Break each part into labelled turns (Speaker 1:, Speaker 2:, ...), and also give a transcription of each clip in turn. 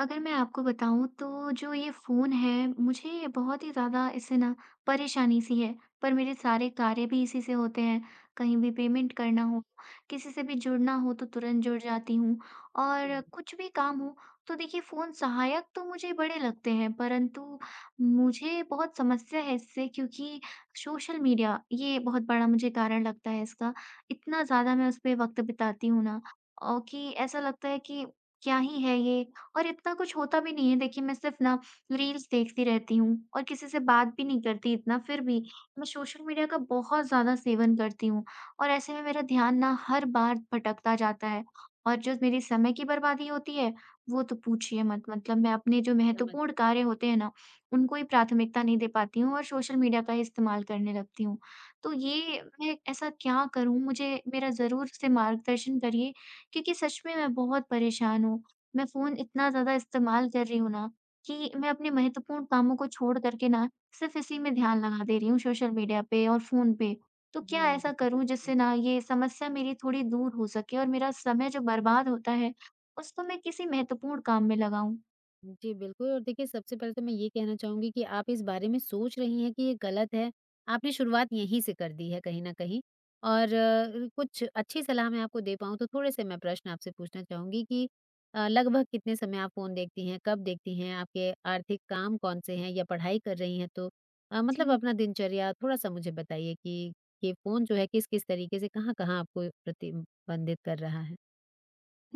Speaker 1: अगर मैं आपको बताऊँ तो जो ये फ़ोन है, मुझे बहुत ही ज़्यादा इससे ना परेशानी सी है, पर मेरे सारे कार्य भी इसी से होते हैं। कहीं भी पेमेंट करना हो, किसी से भी जुड़ना हो तो तुरंत जुड़ जाती हूँ और
Speaker 2: जी,
Speaker 1: कुछ भी काम हो तो देखिए फ़ोन सहायक तो मुझे बड़े लगते हैं, परंतु मुझे बहुत समस्या है इससे क्योंकि सोशल मीडिया ये बहुत बड़ा मुझे कारण लगता है इसका। इतना ज़्यादा मैं उस पे वक़्त बिताती हूँ ना कि ऐसा लगता है कि क्या ही है ये और इतना कुछ होता भी नहीं है। देखिए मैं सिर्फ़ ना रील्स देखती रहती हूँ और किसी से बात भी नहीं करती इतना, फिर भी मैं सोशल मीडिया का बहुत ज़्यादा सेवन करती हूँ और ऐसे में मेरा ध्यान ना हर बार भटकता जाता है और जो मेरी समय की बर्बादी होती है वो तो पूछिए मत। मतलब मैं अपने जो
Speaker 2: समझ
Speaker 1: महत्वपूर्ण
Speaker 2: सकती
Speaker 1: कार्य होते हैं ना उनको ही प्राथमिकता नहीं दे पाती हूँ और सोशल मीडिया का ही इस्तेमाल करने लगती हूँ। तो ये मैं ऐसा क्या करूँ, मुझे मेरा ज़रूर से मार्गदर्शन करिए क्योंकि सच में मैं बहुत परेशान हूँ। मैं फ़ोन इतना ज़्यादा इस्तेमाल कर रही हूँ ना, कि मैं अपने महत्वपूर्ण कामों को छोड़ कर के ना, सिर्फ़ इसी में ध्यान लगा दे रही हूँ सोशल मीडिया पे और फ़ोन पे। तो
Speaker 2: हूँ।
Speaker 1: क्या
Speaker 2: हुँ,
Speaker 1: ऐसा करूँ
Speaker 2: बिल्कुल।
Speaker 1: जिससे ना ये समस्या मेरी थोड़ी दूर हो सके और मेरा समय जो बर्बाद होता है, उसको मैं किसी महत्वपूर्ण काम में लगाऊँ?
Speaker 2: जी, बिल्कुल और देखिए सबसे पहले तो मैं ये कहना चाहूँगी कि आप इस बारे में सोच रही हैं कि ये गलत है, आपने शुरुआत यहीं से कर दी है कहीं न कहीं और कुछ अच्छी सलाह मैं आपको दे पाऊँ तो थोड़े-से मैं प्रश्न आपसे पूछना चाहूँगी कि लगभग कितने समय आप फ़ोन देखती हैं, कब देखती हैं, आपके आर्थिक काम कौन-से हैं या पढ़ाई कर रही हैं तो मतलब
Speaker 1: जी।
Speaker 2: अपना दिनचर्या थोड़ा-सा मुझे बताइए कि ये फ़ोन जो है किस-किस तरीके से कहाँ-कहाँ आपको प्रतिबंधित कर रहा है?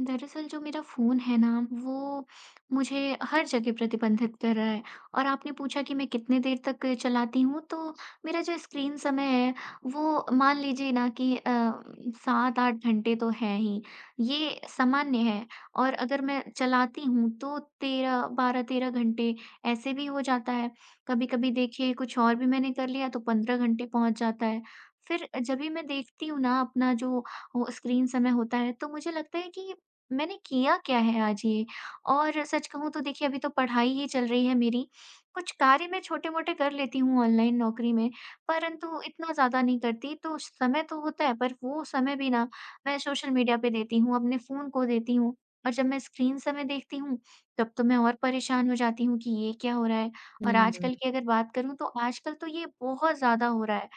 Speaker 1: दरअसल जो मेरा फ़ोन है ना, वो मुझे हर जगह प्रतिबंधित कर रहा है और आपने पूछा कि मैं कितने देर तक चलाती हूँ, तो मेरा जो स्क्रीन समय है, वो मान लीजिए ना कि 7-8 घंटे तो है ही। ये सामान्य है और अगर मैं चलाती हूँ, तो 13 12-13 घंटे ऐसे भी हो जाता है। कभी-कभी देखिए कुछ और भी मैंने कर लिया, तो 15 घंटे पहुँच जाता है। फिर जब भी मैं देखती हूँ ना अपना जो वो स्क्रीन समय होता है, तो मुझे लगता है कि मैंने किया क्या है आज ये। और सच कहूँ तो देखिए अभी तो पढ़ाई ही चल रही है मेरी। कुछ कार्य मैं छोटे-मोटे कर लेती हूँ ऑनलाइन नौकरी में, परंतु इतना ज़्यादा नहीं करती। तो समय तो होता है पर वो समय भी ना मैं सोशल मीडिया पे देती हूँ, अपने फ़ोन को देती हूँ और जब मैं स्क्रीन समय देखती हूँ तब तो मैं और परेशान हो जाती हूँ कि ये क्या हो रहा है। और
Speaker 2: हुँ।
Speaker 1: आजकल की अगर बात करूँ तो आजकल तो ये बहुत ज़्यादा हो रहा है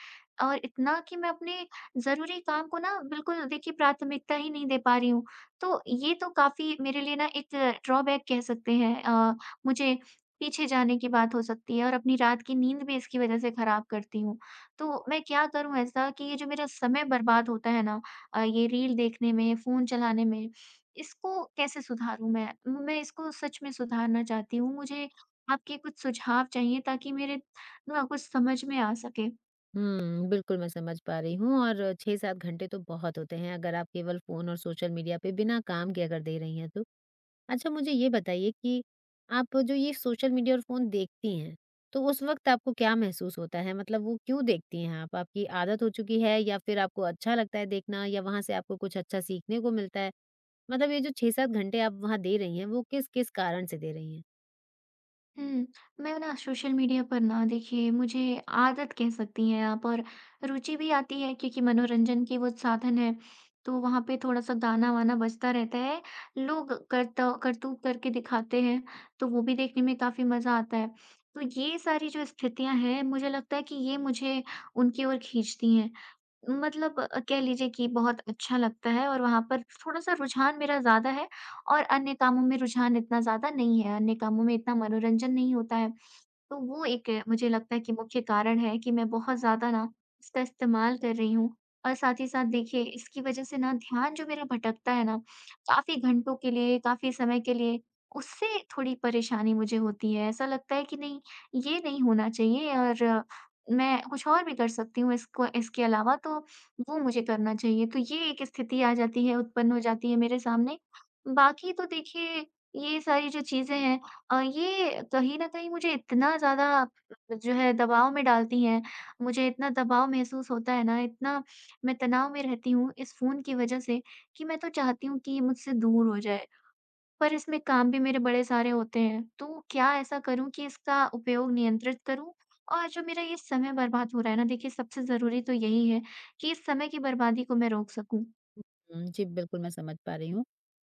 Speaker 1: और इतना कि मैं अपने ज़रूरी काम को ना बिल्कुल देखिए प्राथमिकता ही नहीं दे पा रही हूँ। तो ये तो काफ़ी मेरे लिए ना एक ड्रॉबैक कह सकते हैं। मुझे पीछे जाने की बात हो सकती है और अपनी रात की नींद भी इसकी वज़ह से ख़राब करती हूँ। तो मैं क्या करूँ ऐसा कि ये जो मेरा समय बर्बाद होता है ना ये रील देखने में, फ़ोन चलाने में, इसको कैसे सुधारूँ मैं? मैं इसको सच में सुधारना चाहती हूँ। मुझे आपके कुछ सुझाव चाहिए ताकि मेरे ना कुछ समझ में आ सके।
Speaker 2: बिल्कुल मैं समझ पा रही हूँ और 6-7 घंटे तो बहुत होते हैं अगर आप केवल फ़ोन और सोशल मीडिया पे बिना काम के अगर दे रही हैं तो। अच्छा मुझे ये बताइए कि आप जो ये सोशल मीडिया और फ़ोन देखती हैं, तो उस वक़्त आपको क्या महसूस होता है? मतलब वो क्यों देखती हैं आप? आपकी आदत हो चुकी है या फिर आपको अच्छा लगता है देखना या वहाँ से आपको कुछ अच्छा सीखने को मिलता है? मतलब ये जो 6-7 घंटे आप वहाँ दे रही हैं, वो किस-किस कारण से दे रही हैं?
Speaker 1: हम्म, मैं ना सोशल मीडिया पर ना देखिए मुझे आदत कह सकती हैं आप और रुचि भी आती है क्योंकि मनोरंजन की वो साधन है, तो वहाँ पे थोड़ा सा गाना वाना बजता रहता है, लोग करता करतूत करके दिखाते हैं, तो वो भी देखने में काफी मजा आता है। तो ये सारी जो स्थितियां हैं, मुझे लगता है कि ये मुझे उनकी ओर खींचती हैं। मतलब कह लीजिए कि बहुत अच्छा लगता है और वहां पर थोड़ा सा रुझान मेरा ज्यादा है और अन्य कामों में रुझान इतना ज़्यादा नहीं है, अन्य कामों में इतना मनोरंजन नहीं होता है। तो वो एक मुझे लगता है कि मुख्य कारण है कि मैं बहुत ज़्यादा ना इसका इस्तेमाल कर रही हूँ और साथ ही साथ देखिए इसकी वज़ह से ना ध्यान जो मेरा भटकता है ना, काफ़ी घंटों के लिए, काफ़ी समय के लिए, उससे थोड़ी परेशानी मुझे होती है। ऐसा लगता है कि नहीं, ये नहीं होना चाहिए और मैं कुछ और भी कर सकती हूँ इसको इसके अलावा, तो वो मुझे करना चाहिए। तो ये एक स्थिति आ जाती है, उत्पन्न हो जाती है मेरे सामने। बाकी तो देखिए ये सारी जो चीज़ें हैं ये कहीं न कहीं मुझे इतना ज़्यादा जो है दबाव में डालती हैं, मुझे इतना दबाव महसूस होता है ना, इतना मैं तनाव में रहती हूँ इस फ़ोन की वजह से कि मैं तो चाहती हूँ कि ये मुझसे दूर हो जाए। पर इसमें काम भी मेरे बड़े सारे होते हैं, तो क्या ऐसा करूँ कि इसका उपयोग नियंत्रित करूँ? और जो मेरा ये समय बर्बाद हो रहा है ना, देखिए सबसे ज़रूरी तो यही है कि इस समय की बर्बादी को मैं रोक सकूँ।
Speaker 2: जी, बिल्कुल मैं समझ पा रही हूँ।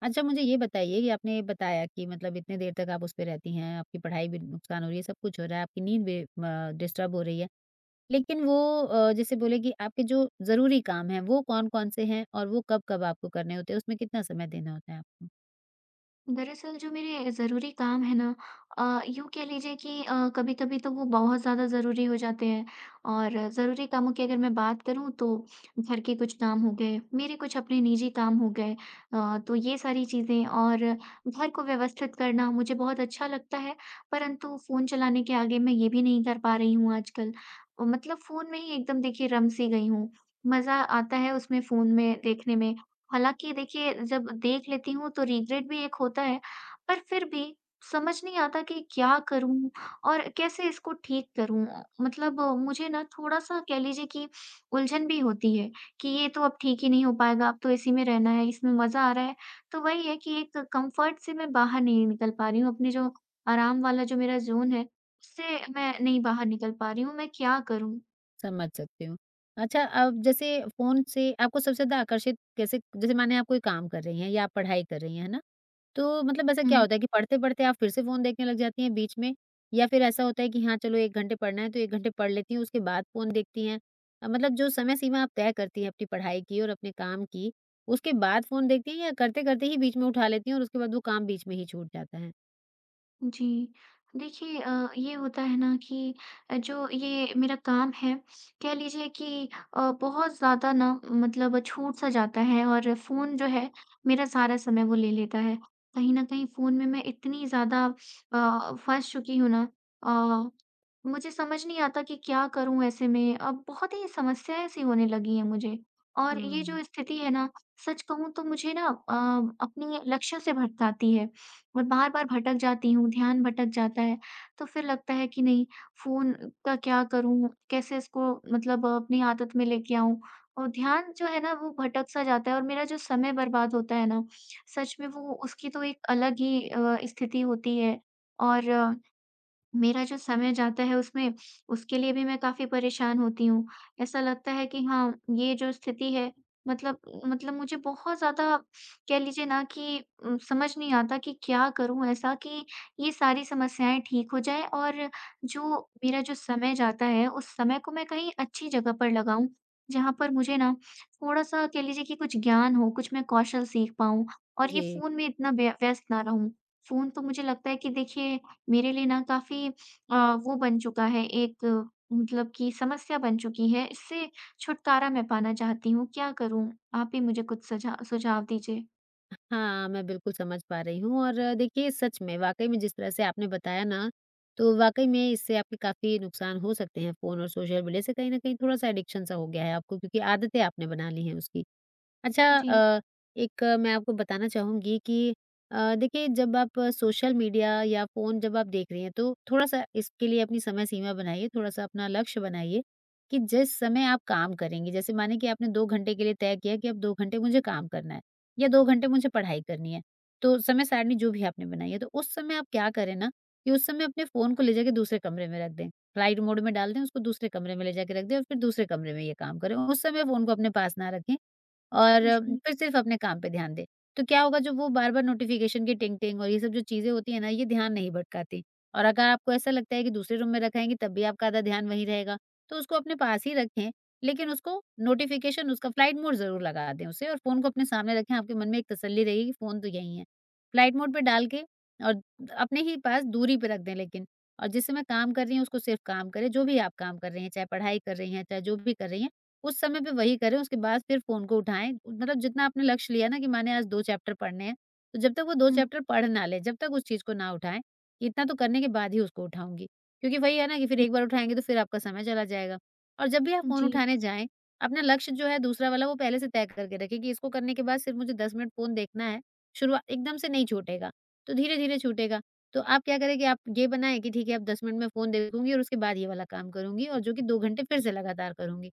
Speaker 2: अच्छा मुझे ये बताइए कि आपने ये बताया कि मतलब इतने देर तक आप उसपे रहती हैं, आपकी पढ़ाई भी नुकसान हो रही है, सब कुछ हो रहा है, आपकी नींद भी म डिस्टर्ब हो रही है। लेकिन वो जैसे बोले कि आपके जो ज़रूरी काम हैं, वो कौन-कौन से हैं और वो कब-कब आपको करने होते हैं? उसमें कितना समय देना होता है आपको?
Speaker 1: दरअसल जो मेरे ज़रूरी काम है ना यूँ कह लीजिए कि कभी-कभी तो वो बहुत ज़्यादा ज़रूरी हो जाते हैं और ज़रूरी कामों की अगर मैं बात करूँ तो घर के कुछ काम हो गए, मेरे कुछ अपने निजी काम हो गए। तो ये सारी चीज़ें और घर को व्यवस्थित करना मुझे बहुत अच्छा लगता है, परंतु फ़ोन चलाने के आगे मैं ये भी नहीं कर पा रही हूँ आजकल। मतलब फ़ोन में ही एकदम देखिए रम सी गई हूँ। मज़ा आता है उसमें, फ़ोन में देखने में। हालाँकि देखिए, जब देख लेती हूँ तो रिग्रेट भी एक होता है, पर फिर भी समझ नहीं आता कि क्या करूँ और कैसे इसको ठीक करूँ? मतलब मुझे ना थोड़ा-सा कह लीजिए कि उलझन भी होती है कि ये तो अब ठीक ही नहीं हो पाएगा, अब तो इसी में रहना है, इसमें मज़ा आ रहा है। तो वही है कि एक कम्फ़र्ट से मैं बाहर नहीं निकल पा रही हूँ, अपने जो आराम वाला जो मेरा ज़ोन है, उससे मैं नहीं बाहर निकल पा रही हूँ। मैं क्या करूँ?
Speaker 2: समझ सकती हूँ। अच्छा अब जैसे फ़ोन से आपको सबसे ज़्यादा आकर्षित कैसे जैसे माने आप कोई काम कर रही हैं या आप पढ़ाई कर रही हैं, है ना? तो मतलब ऐसा क्या होता है कि पढ़ते-पढ़ते आप फिर से फ़ोन देखने लग जाती हैं बीच में? या फिर ऐसा होता है कि हाँ, चलो 1 घंटे पढ़ना है तो 1 घंटे पढ़ लेती हैं, उसके बाद फ़ोन देखती हैं? मतलब जो समय सीमा आप तय करती हैं अपनी पढ़ाई की और अपने काम की, उसके बाद फ़ोन देखती हैं या करते-करते ही बीच में उठा लेती हैं और उसके बाद वो काम बीच में ही छूट जाता है?
Speaker 1: जी। देखिए ये होता है ना कि जो ये मेरा काम है, कह लीजिए कि बहुत ज़्यादा ना मतलब छूट-सा जाता है और फ़ोन जो है, मेरा सारा समय वो ले लेता है। कहीं न कहीं फ़ोन में मैं इतनी ज़्यादा फँस चुकी हूँ ना। अ, मुझे समझ नहीं आता कि क्या करूँ ऐसे में? अब बहुत ही समस्याएँ सी होने लगी हैं मुझे। और ये
Speaker 2: हुँ।
Speaker 1: जो स्थिति है ना, सच कहूँ तो मुझे ना अपने लक्ष्यों से भटकाती है। मैं बार-बार भटक जाती हूँ, ध्यान भटक जाता है। तो फिर लगता है कि नहीं, फ़ोन का क्या करूँ? कैसे इसको मतलब अपनी आदत में लेके आऊँ? और ध्यान जो है ना वो भटक-सा जाता है और मेरा जो समय बर्बाद होता है ना, सच में वो उसकी तो एक अलग ही स्थिति होती है और मेरा जो समय जाता है उसमें, उसके लिए भी मैं काफ़ी परेशान होती हूँ। ऐसा लगता है कि हाँ, ये जो स्थिति है मतलब मतलब मुझे बहुत ज़्यादा कह लीजिए ना कि समझ नहीं आता कि क्या करूँ ऐसा कि ये सारी समस्याएँ ठीक हो जाएँ और जो मेरा जो समय जाता है, उस समय को मैं कहीं अच्छी जगह पर लगाऊँ, जहाँ पर मुझे ना थोड़ा-सा कह लीजिए कि कुछ ज्ञान हो, कुछ मैं कौशल सीख पाऊँ और ये
Speaker 2: जी।
Speaker 1: फ़ोन में इतना व्यस्त ना रहूँ। फ़ोन तो मुझे लगता है कि देखिए मेरे लिए ना काफ़ी अ, वो बन चुका है एक, मतलब कि समस्या बन चुकी है। इससे छुटकारा मैं पाना चाहती हूँ, क्या करूँ? आप ही मुझे कुछ सझा सुझाव दीजिए।
Speaker 2: हाँ, मैं बिल्कुल समझ पा रही हूँ और देखिए सच में वाक़ई में जिस तरह से आपने बताया ना, तो वाक़ई में इससे आपके काफ़ी नुकसान हो सकते हैं फ़ोन और सोशल मीडिया से कहीं न कहीं थोड़ा-सा एडिक्शन सा हो गया है आपको क्योंकि आदतें आपने बना ली हैं उसकी। अच्छा
Speaker 1: जी।
Speaker 2: एक मैं आपको बताना चाहूँगी कि देखिए जब आप सोशल मीडिया या फ़ोन जब आप देख रही हैं तो थोड़ा-सा इसके लिए अपनी समय सीमा बनाइए, थोड़ा-सा अपना लक्ष्य बनाइए कि जिस समय आप काम करेंगी। जैसे माने कि आपने 2 घंटे के लिए तय किया कि अब 2 घंटे मुझे काम करना है या 2 घंटे मुझे पढ़ाई करनी है, तो समय सारणी जो भी आपने बनाई है, तो उस समय आप क्या करें ना कि उस समय अपने फ़ोन को ले जाके दूसरे कमरे में रख दें। फ्लाइट मोड में डाल दें, उसको दूसरे कमरे में ले जाके रख दें और फिर दूसरे कमरे में ये काम करें। उस समय फ़ोन को अपने पास ना रखें और
Speaker 1: जी।
Speaker 2: फिर सिर्फ अपने काम पे ध्यान दें। तो क्या होगा जो वो बार-बार नोटिफ़िकेशन की टिंग-टिंग और ये सब जो चीज़ें होती हैं ना, ये ध्यान नहीं भटकाती। और अगर आपको ऐसा लगता है कि दूसरे रूम में रखाएँगे तब भी आपका आधा ध्यान वहीं रहेगा, तो उसको अपने पास ही रखें, लेकिन उसको नोटिफ़िकेशन उसका फ्लाइट मोड ज़रूर लगा दें उसे और फ़ोन को अपने सामने रखें, आपके मन में एक तसल्ली रहेगी कि फ़ोन तो यहीं है। फ्लाइट मोड पे डाल के और अपने ही पास दूरी पे रख दें लेकिन और जिससे मैं काम कर रही हूँ उसको सिर्फ काम करें, जो भी आप काम कर रही हैं, चाहे पढ़ाई कर रही हैं, चाहे जो भी कर रही हैं। उस समय पे वही करें, उसके बाद फिर फ़ोन को उठाएँ। मतलब जितना आपने लक्ष्य लिया ना कि माने आज 2 चैप्टर पढ़ने हैं, तो जब तक वो 2
Speaker 1: हुँ।
Speaker 2: चैप्टर पढ़ ना ले, जब तक उस चीज़ को ना उठाएँ, इतना तो करने के बाद ही उसको उठाऊँगी। क्योंकि वही है ना कि फिर
Speaker 1: हुँ।
Speaker 2: एक बार उठाएँगे तो फिर आपका समय चला जाएगा। और जब भी आप फ़ोन
Speaker 1: जी।
Speaker 2: उठाने जाएँ, अपना लक्ष्य जो है दूसरा वाला वो पहले से तय करके रखें कि इसको करने के बाद सिर्फ़ मुझे 10 मिनट फ़ोन देखना है। शुरुआ एकदम से नहीं छूटेगा, तो धीरे-धीरे छूटेगा। तो आप क्या करें कि आप ये बनाएँ कि ठीक है अब 10 मिनट में फ़ोन देखूँगी और उसके बाद ये वाला काम करूँगी और जो कि 2 घंटे फिर से लगातार करूँगी।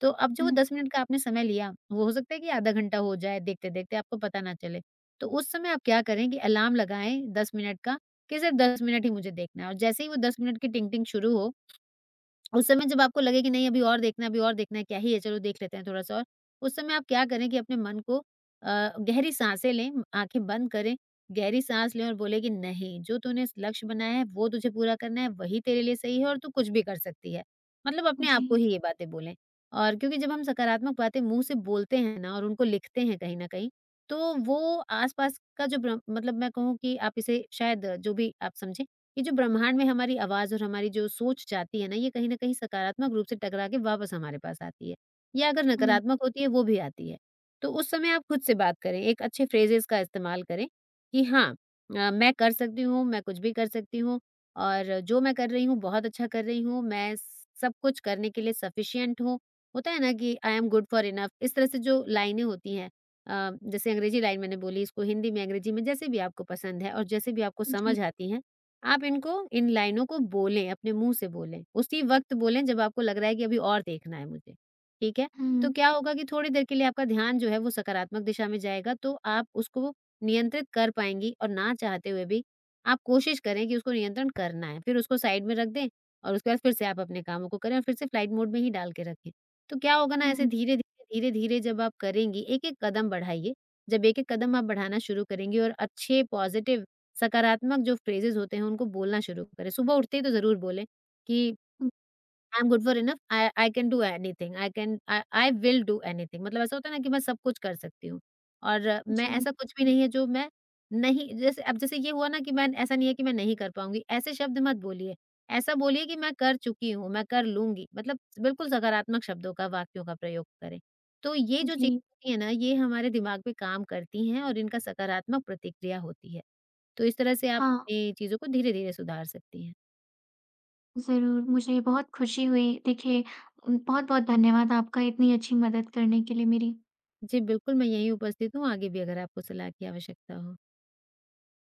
Speaker 2: तो अब जो
Speaker 1: हुँ।
Speaker 2: 10 मिनट का आपने समय लिया, वो हो सकता है कि आधा घंटा हो जाए देखते-देखते, आपको पता ना चले। तो उस समय आप क्या करें कि अलार्म लगाएँ 10 मिनट का कि सिर्फ़ 10 मिनट ही मुझे देखना है और जैसे ही वो 10 मिनट की टिंग-टिंग शुरू हो, उस समय जब आपको लगे कि नहीं अभी और देखना है, अभी और देखना है, क्या ही है, चलो देख लेते हैं थोड़ा-सा और। उस समय आप क्या करें कि अपने मन को गहरी साँसें लें, आँखें बंद करें, गहरी साँस लें और बोले कि नहीं, जो तूने लक्ष्य बनाया है वो तुझे पूरा करना है, वही तेरे लिए सही है और तू कुछ भी कर सकती है। मतलब अपने आप को
Speaker 1: जी।
Speaker 2: ही ये बातें बोलें। और क्योंकि जब हम सकारात्मक बातें मुँह से बोलते हैं ना और उनको लिखते हैं कहीं न कहीं, तो वो आस-पास का जो ब्र मतलब मैं कहूँ कि आप इसे शायद जो भी आप समझें, ये जो ब्रह्मांड में हमारी आवाज़ और हमारी जो सोच जाती है ना, ये कहीं न कहीं सकारात्मक रूप से टकरा के वापस हमारे पास आती है, या अगर
Speaker 1: हुँ।
Speaker 2: नकारात्मक होती है, वो भी आती है। तो उस समय आप खुद से बात करें, एक अच्छे फ्रेजेज़ का इस्तेमाल करें कि हाँ मैं कर सकती हूँ, मैं कुछ भी कर सकती हूँ और जो मैं कर रही हूँ, बहुत अच्छा कर रही हूँ, मैं सब कुछ करने के लिए सफिशिएंट हूँ। होता है ना कि I am good for enough, इस तरह से जो लाइनें होती हैं जैसे अंग्रेज़ी लाइन मैंने बोली, इसको हिंदी में, अंग्रेज़ी में, जैसे भी आपको पसंद है और जैसे भी आपको
Speaker 1: जी।
Speaker 2: समझ आती हैं, आप इनको इन लाइनों को बोलें, अपने मुँह से बोलें, उसी वक़्त बोलें जब आपको लग रहा है कि अभी और देखना है मुझे, ठीक है?
Speaker 1: हुँ।
Speaker 2: तो क्या होगा कि थोड़ी देर के लिए आपका ध्यान जो है वो सकारात्मक दिशा में जाएगा तो आप उसको नियंत्रित कर पाएँगी और ना चाहते हुए भी आप कोशिश करें कि उसको नियंत्रण करना है, फिर उसको साइड में रख दें और उसके बाद फिर से आप अपने कामों को करें और फिर से फ्लाइट मोड में ही डाल के रखें। तो क्या होगा ना ऐसे
Speaker 1: हुँ।
Speaker 2: धीरे-धीरे, धीरे-धीरे जब आप करेंगी, एक-एक कदम बढ़ाइए, जब एक-एक कदम आप बढ़ाना शुरू करेंगी और अच्छे पॉज़िटिव सकारात्मक जो फ्रेजेज़ होते हैं उनको बोलना शुरू करें। सुबह उठते ही तो ज़रूर बोलें कि
Speaker 1: हुँ।
Speaker 2: I am good for enough, I I can do anything, I can I I will do anything मतलब ऐसा होता है ना कि मैं सब कुछ कर सकती हूँ और मैं
Speaker 1: जी।
Speaker 2: ऐसा कुछ भी नहीं है जो मैं नहीं जैसे अब जैसे ये हुआ ना कि मैं ऐसा नहीं है कि मैं नहीं कर पाऊँगी, ऐसे शब्द मत बोलिए, ऐसा बोलिए कि मैं कर चुकी हूँ, मैं कर लूँगी, मतलब बिल्कुल सकारात्मक शब्दों का, वाक्यों का प्रयोग करें। तो ये जो चीज़ें
Speaker 1: जी।
Speaker 2: होती है ना, ये हमारे दिमाग पे काम करती हैं और इनका सकारात्मक प्रतिक्रिया होती है। तो इस तरह से आप
Speaker 1: हाँ,
Speaker 2: अपनी चीज़ों को धीरे-धीरे सुधार सकती हैं।
Speaker 1: ज़रूर, मुझे बहुत खुशी हुई। देखिए बहुत-बहुत धन्यवाद आपका इतनी अच्छी मदद करने के लिए मेरी।
Speaker 2: जी, बिल्कुल मैं यहीं उपस्थित हूँ, आगे भी अगर आपको सलाह की आवश्यकता हो।